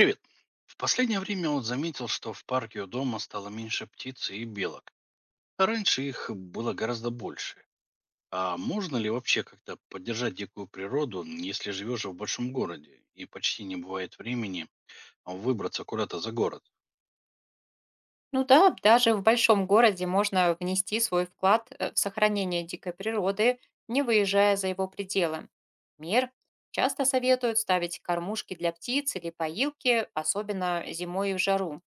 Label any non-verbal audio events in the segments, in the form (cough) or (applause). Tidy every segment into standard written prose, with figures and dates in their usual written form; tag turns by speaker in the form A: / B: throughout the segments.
A: Привет. В последнее время он заметил, что в парке у дома стало меньше птиц и белок. А раньше их было гораздо больше. А можно ли вообще как-то поддержать дикую природу, если живешь в большом городе и почти не бывает времени выбраться куда-то за город?
B: Ну да, даже в большом городе можно внести свой вклад в сохранение дикой природы, не выезжая за его пределы. Мер часто советуют ставить кормушки для птиц или поилки, особенно зимой и в жару.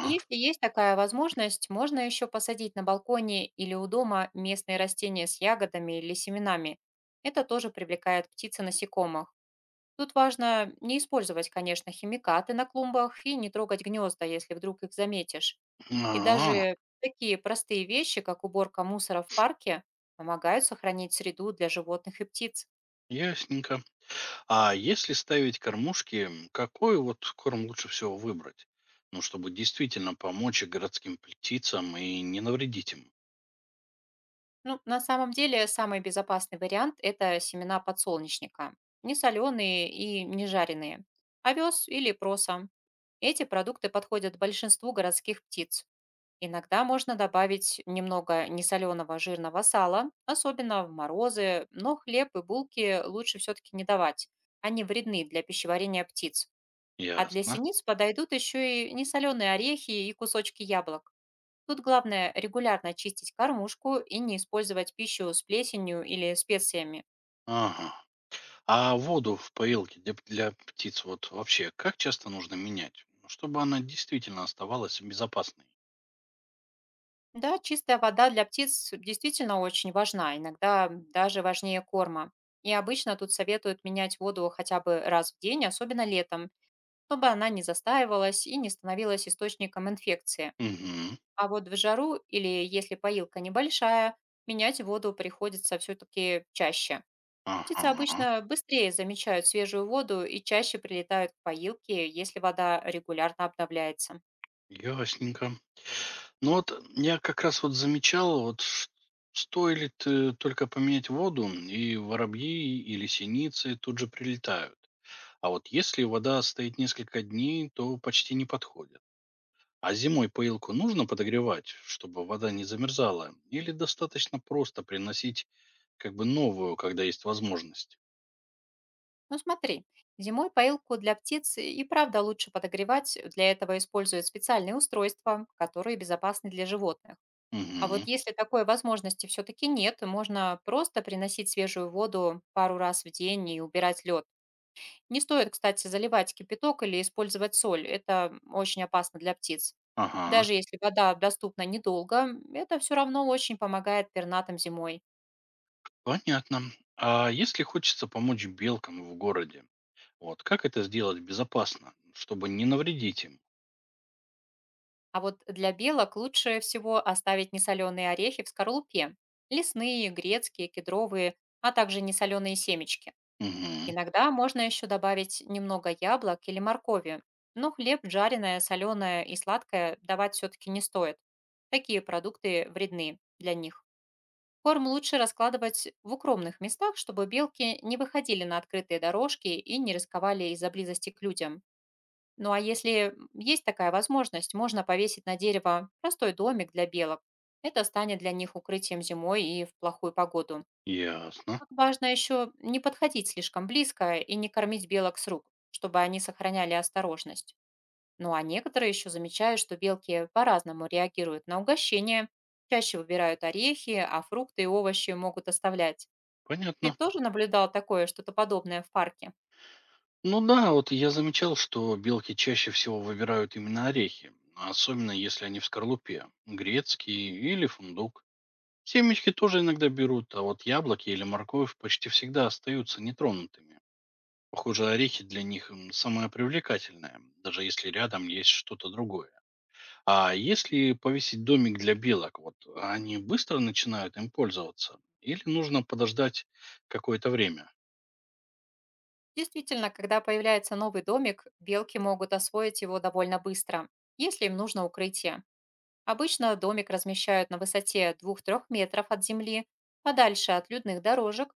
B: И если есть такая возможность, можно еще посадить на балконе или у дома местные растения с ягодами или семенами. Это тоже привлекает птиц и насекомых. Тут важно не использовать, конечно, химикаты на клумбах и не трогать гнезда, если вдруг их заметишь. И
A: А,
B: даже такие простые вещи, как уборка мусора в парке, помогают сохранить среду для животных и птиц.
A: ясненько. А если ставить кормушки, какой вот корм лучше всего выбрать? Ну, чтобы действительно помочь и городским птицам и не навредить им.
B: Ну, на самом деле, самый безопасный вариант — это семена подсолнечника. Не соленые и не жареные. Овес или проса. Эти продукты подходят большинству городских птиц. Иногда можно добавить немного несоленого жирного сала, особенно в морозы, но хлеб и булки лучше все-таки не давать. Они вредны для пищеварения птиц. А для
A: Ясно.
B: синиц подойдут еще и несоленые орехи и кусочки яблок. Тут главное регулярно чистить кормушку и не использовать пищу с плесенью или специями.
A: Ага. А воду в поилке для птиц вот вообще как часто нужно менять, ну, чтобы она действительно оставалась безопасной?
B: Да, чистая вода для птиц действительно очень важна, иногда даже важнее корма. И обычно тут советуют менять воду хотя бы раз в день, особенно летом, чтобы она не застаивалась и не становилась источником инфекции.
A: Угу.
B: А вот в жару или если поилка небольшая, менять воду приходится все-таки чаще. Птицы
A: Ага.
B: обычно быстрее замечают свежую воду и чаще прилетают к поилке, если вода регулярно обновляется.
A: Ясненько. Ну вот я как раз вот замечал, вот стоит только поменять воду, и воробьи или синицы тут же прилетают. А вот если вода стоит несколько дней, то почти не подходит. А зимой поилку нужно подогревать, чтобы вода не замерзала? Или достаточно просто приносить как бы новую, когда есть возможность?
B: Ну смотри, зимой поилку для птиц и правда лучше подогревать, для этого используют специальные устройства, которые безопасны для животных. А вот
A: Угу.
B: если такой возможности все-таки нет, можно просто приносить свежую воду пару раз в день и убирать лед. Не стоит, кстати, заливать кипяток или использовать соль, это очень опасно для птиц.
A: Ага.
B: Даже если вода доступна недолго, это все равно очень помогает пернатым зимой.
A: Понятно. А если хочется помочь белкам в городе, вот как это сделать безопасно, чтобы не навредить им?
B: А вот для белок лучше всего оставить несоленые орехи в скорлупе. Лесные, грецкие, кедровые, а также несоленые семечки.
A: Угу.
B: Иногда можно еще добавить немного яблок или моркови. Но хлеб, жареное, соленое и сладкое давать все-таки не стоит. Такие продукты вредны для них. Корм лучше раскладывать в укромных местах, чтобы белки не выходили на открытые дорожки и не рисковали из-за близости к людям. Ну а если есть такая возможность, можно повесить на дерево простой домик для белок. Это станет для них укрытием зимой и в плохую погоду.
A: Ясно.
B: Как важно еще не подходить слишком близко и не кормить белок с рук, чтобы они сохраняли осторожность. Ну а некоторые еще замечают, что белки по-разному реагируют на угощение, чаще выбирают орехи, а фрукты и овощи могут оставлять. Ты
A: Понятно.
B: тоже наблюдал такое, что-то подобное в парке?
A: Ну да, вот я замечал, что белки чаще всего выбирают именно орехи, особенно если они в скорлупе, грецкий или фундук. Семечки тоже иногда берут, а вот яблоки или морковь почти всегда остаются нетронутыми. Похоже, орехи для них самое привлекательное, даже если рядом есть что-то другое. А если повесить домик для белок, вот они быстро начинают им пользоваться? Или нужно подождать какое-то время?
B: Действительно, когда появляется новый домик, белки могут освоить его довольно быстро, если им нужно укрытие. Обычно домик размещают на высоте двух 3 метров от земли, подальше от людных дорожек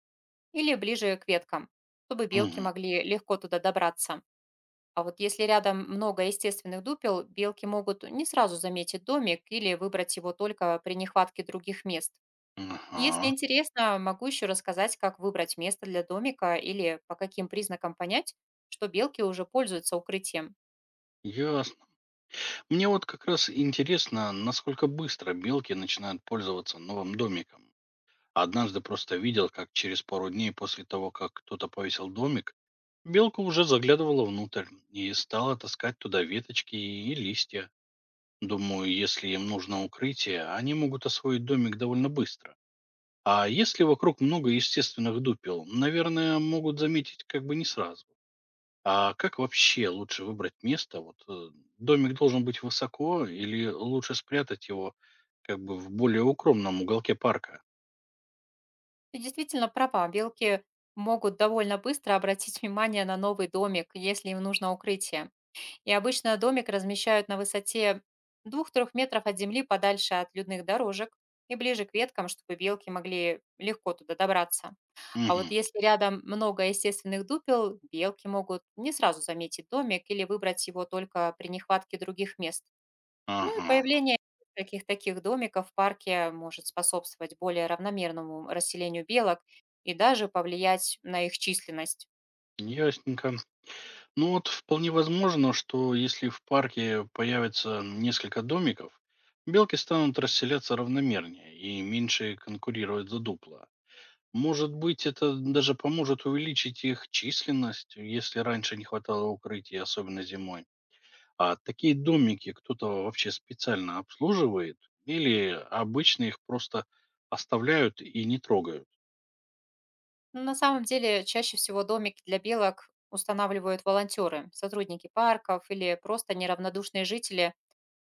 B: или ближе к веткам, чтобы белки
A: Мгм.
B: могли легко туда добраться. А вот если рядом много естественных дупел, белки могут не сразу заметить домик или выбрать его только при нехватке других мест. Если
A: Ага.
B: интересно, могу еще рассказать, как выбрать место для домика или по каким признакам понять, что белки уже пользуются укрытием.
A: Ясно. Мне вот как раз интересно, насколько быстро белки начинают пользоваться новым домиком. Однажды просто видел, как через пару дней после того, как кто-то повесил домик, белка уже заглядывала внутрь и стала таскать туда веточки и листья. Думаю, если им нужно укрытие, они могут освоить домик довольно быстро. А если вокруг много естественных дупел, наверное, могут заметить как бы не сразу. А как вообще лучше выбрать место? Домик должен быть высоко или лучше спрятать его как бы в более укромном уголке парка?
B: Ты действительно права, белки могут довольно быстро обратить (laughs) внимание на новый домик, если им нужно укрытие. И обычно домик размещают на высоте двух 3 метров от земли, подальше от людных дорожек и ближе к веткам, чтобы белки могли легко туда добраться. А
A: Мгм.
B: вот если рядом много естественных дупел, белки могут не сразу заметить домик или выбрать его только при нехватке других мест. Ну и
A: Ага.
B: появление каких таких домиков в парке может способствовать более равномерному расселению белок и даже повлиять на их численность.
A: Ясненько. Ну вот вполне возможно, что если в парке появится несколько домиков, белки станут расселяться равномернее и меньше конкурировать за дупла. Может быть, это даже поможет увеличить их численность, если раньше не хватало укрытий, особенно зимой. А такие домики кто-то вообще специально обслуживает или обычно их просто оставляют и не трогают?
B: Но на самом деле, чаще всего домики для белок устанавливают волонтеры, сотрудники парков или просто неравнодушные жители,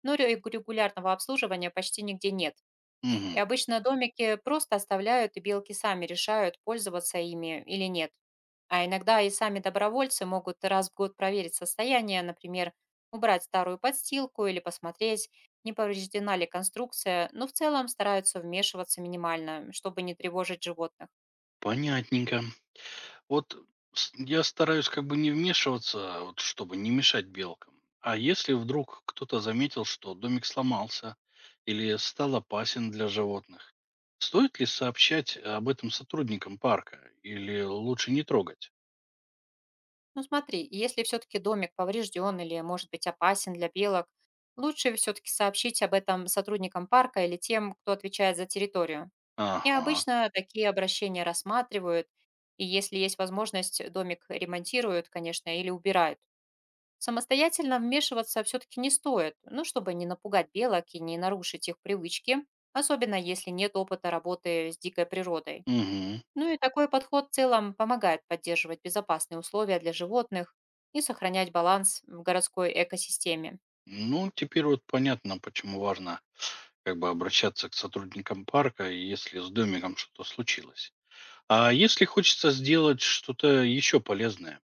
B: но регулярного обслуживания почти нигде нет. И
A: Мгм.
B: обычно домики просто оставляют, и белки сами решают, пользоваться ими или нет. А иногда и сами добровольцы могут раз в год проверить состояние, например, убрать старую подстилку или посмотреть, не повреждена ли конструкция, но в целом стараются вмешиваться минимально, чтобы не тревожить животных.
A: Понятненько. Вот с я стараюсь как бы не вмешиваться, вот чтобы не мешать белкам. А если вдруг кто-то заметил, что домик сломался или стал опасен для животных, стоит ли сообщать об этом сотрудникам парка или лучше не трогать?
B: Ну смотри, если все-таки домик поврежден или может быть опасен для белок, лучше все-таки сообщить об этом сотрудникам парка или тем, кто отвечает за территорию. И
A: Ага.
B: обычно такие обращения рассматривают, и если есть возможность, домик ремонтируют, конечно, или убирают. Самостоятельно вмешиваться все-таки не стоит, ну, чтобы не напугать белок и не нарушить их привычки, особенно если нет опыта работы с дикой природой.
A: Угу.
B: Ну и такой подход в целом помогает поддерживать безопасные условия для животных и сохранять баланс в городской экосистеме.
A: Ну, теперь вот понятно, почему важно как бы обращаться к сотрудникам парка, если с домиком что-то случилось. А если хочется сделать что-то еще полезное?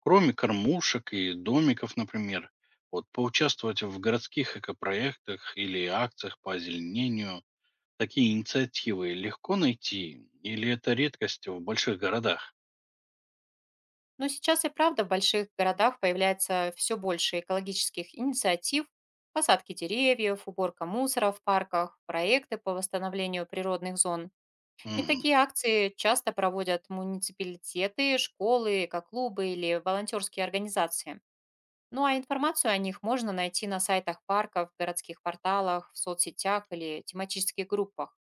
A: Кроме кормушек и домиков, например, вот поучаствовать в городских экопроектах или акциях по озеленению, такие инициативы легко найти или это редкость в больших городах?
B: Но сейчас и правда в больших городах появляется все больше экологических инициатив: посадки деревьев, уборка мусора в парках, проекты по восстановлению природных зон. И
A: Мгм.
B: такие акции часто проводят муниципалитеты, школы, экоклубы или волонтерские организации. Ну а информацию о них можно найти на сайтах парков, городских порталах, в соцсетях или тематических группах.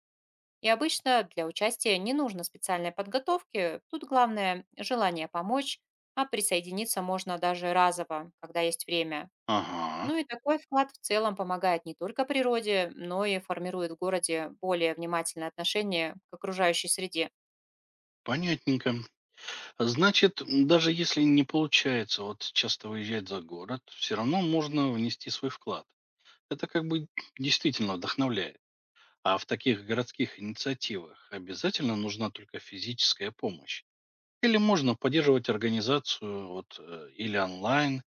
B: И обычно для участия не нужно специальной подготовки, тут главное желание помочь, а присоединиться можно даже разово, когда есть время.
A: Ага,
B: Ну и такой вклад в целом помогает не только природе, но и формирует в городе более внимательное отношение к окружающей среде.
A: понятненько. Значит, даже если не получается вот часто выезжать за город, все равно можно внести свой вклад. Это как бы действительно вдохновляет. А в таких городских инициативах обязательно нужна только физическая помощь. Или можно поддерживать организацию или онлайн,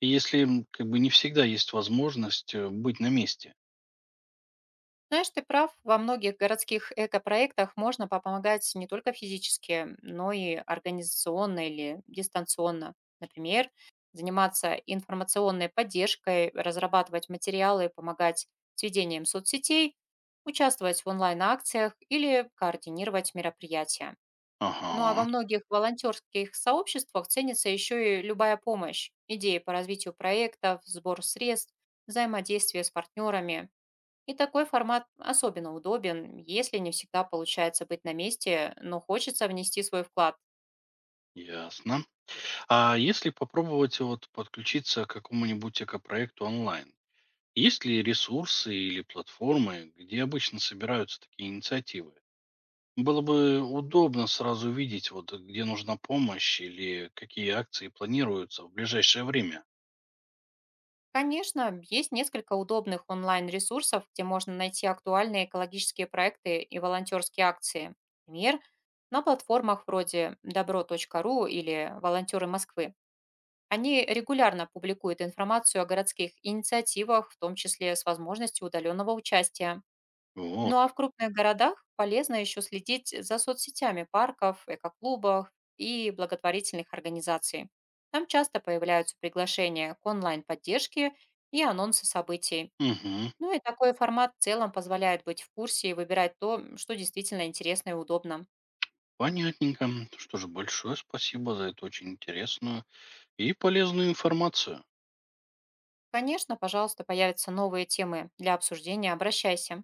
A: и если как бы не всегда есть возможность быть на месте.
B: Знаешь, ты прав. Во многих городских экопроектах можно помогать не только физически, но и организационно или дистанционно. Например, заниматься информационной поддержкой, разрабатывать материалы, помогать с ведением соцсетей, участвовать в онлайн-акциях или координировать мероприятия. Ну а во
A: Ага,
B: многих волонтерских сообществах ценится еще и любая помощь: идеи по развитию проектов, сбор средств, взаимодействие с партнерами. И такой формат особенно удобен, если не всегда получается быть на месте, но хочется внести свой вклад.
A: ясно. А если попробовать вот подключиться к какому-нибудь экопроекту онлайн, есть ли ресурсы или платформы, где обычно собираются такие инициативы? Было бы удобно сразу видеть, вот где нужна помощь или какие акции планируются в ближайшее время.
B: Конечно, есть несколько удобных онлайн-ресурсов, где можно найти актуальные экологические проекты и волонтерские акции. Например, на платформах вроде добро.ру или «Волонтеры Москвы». Они регулярно публикуют информацию о городских инициативах, в том числе с возможностью удаленного участия.
A: Вот
B: Ну а в
A: как.
B: крупных городах полезно еще следить за соцсетями парков, экоклубов и благотворительных организаций. Там часто появляются приглашения к онлайн-поддержке и анонсы событий.
A: Мгм.
B: Ну и такой формат в целом позволяет быть в курсе и выбирать то, что действительно интересно и удобно.
A: Понятненько. Что же, большое спасибо за эту очень интересную и полезную информацию.
B: Конечно, пожалуйста, появятся новые темы для обсуждения, обращайся.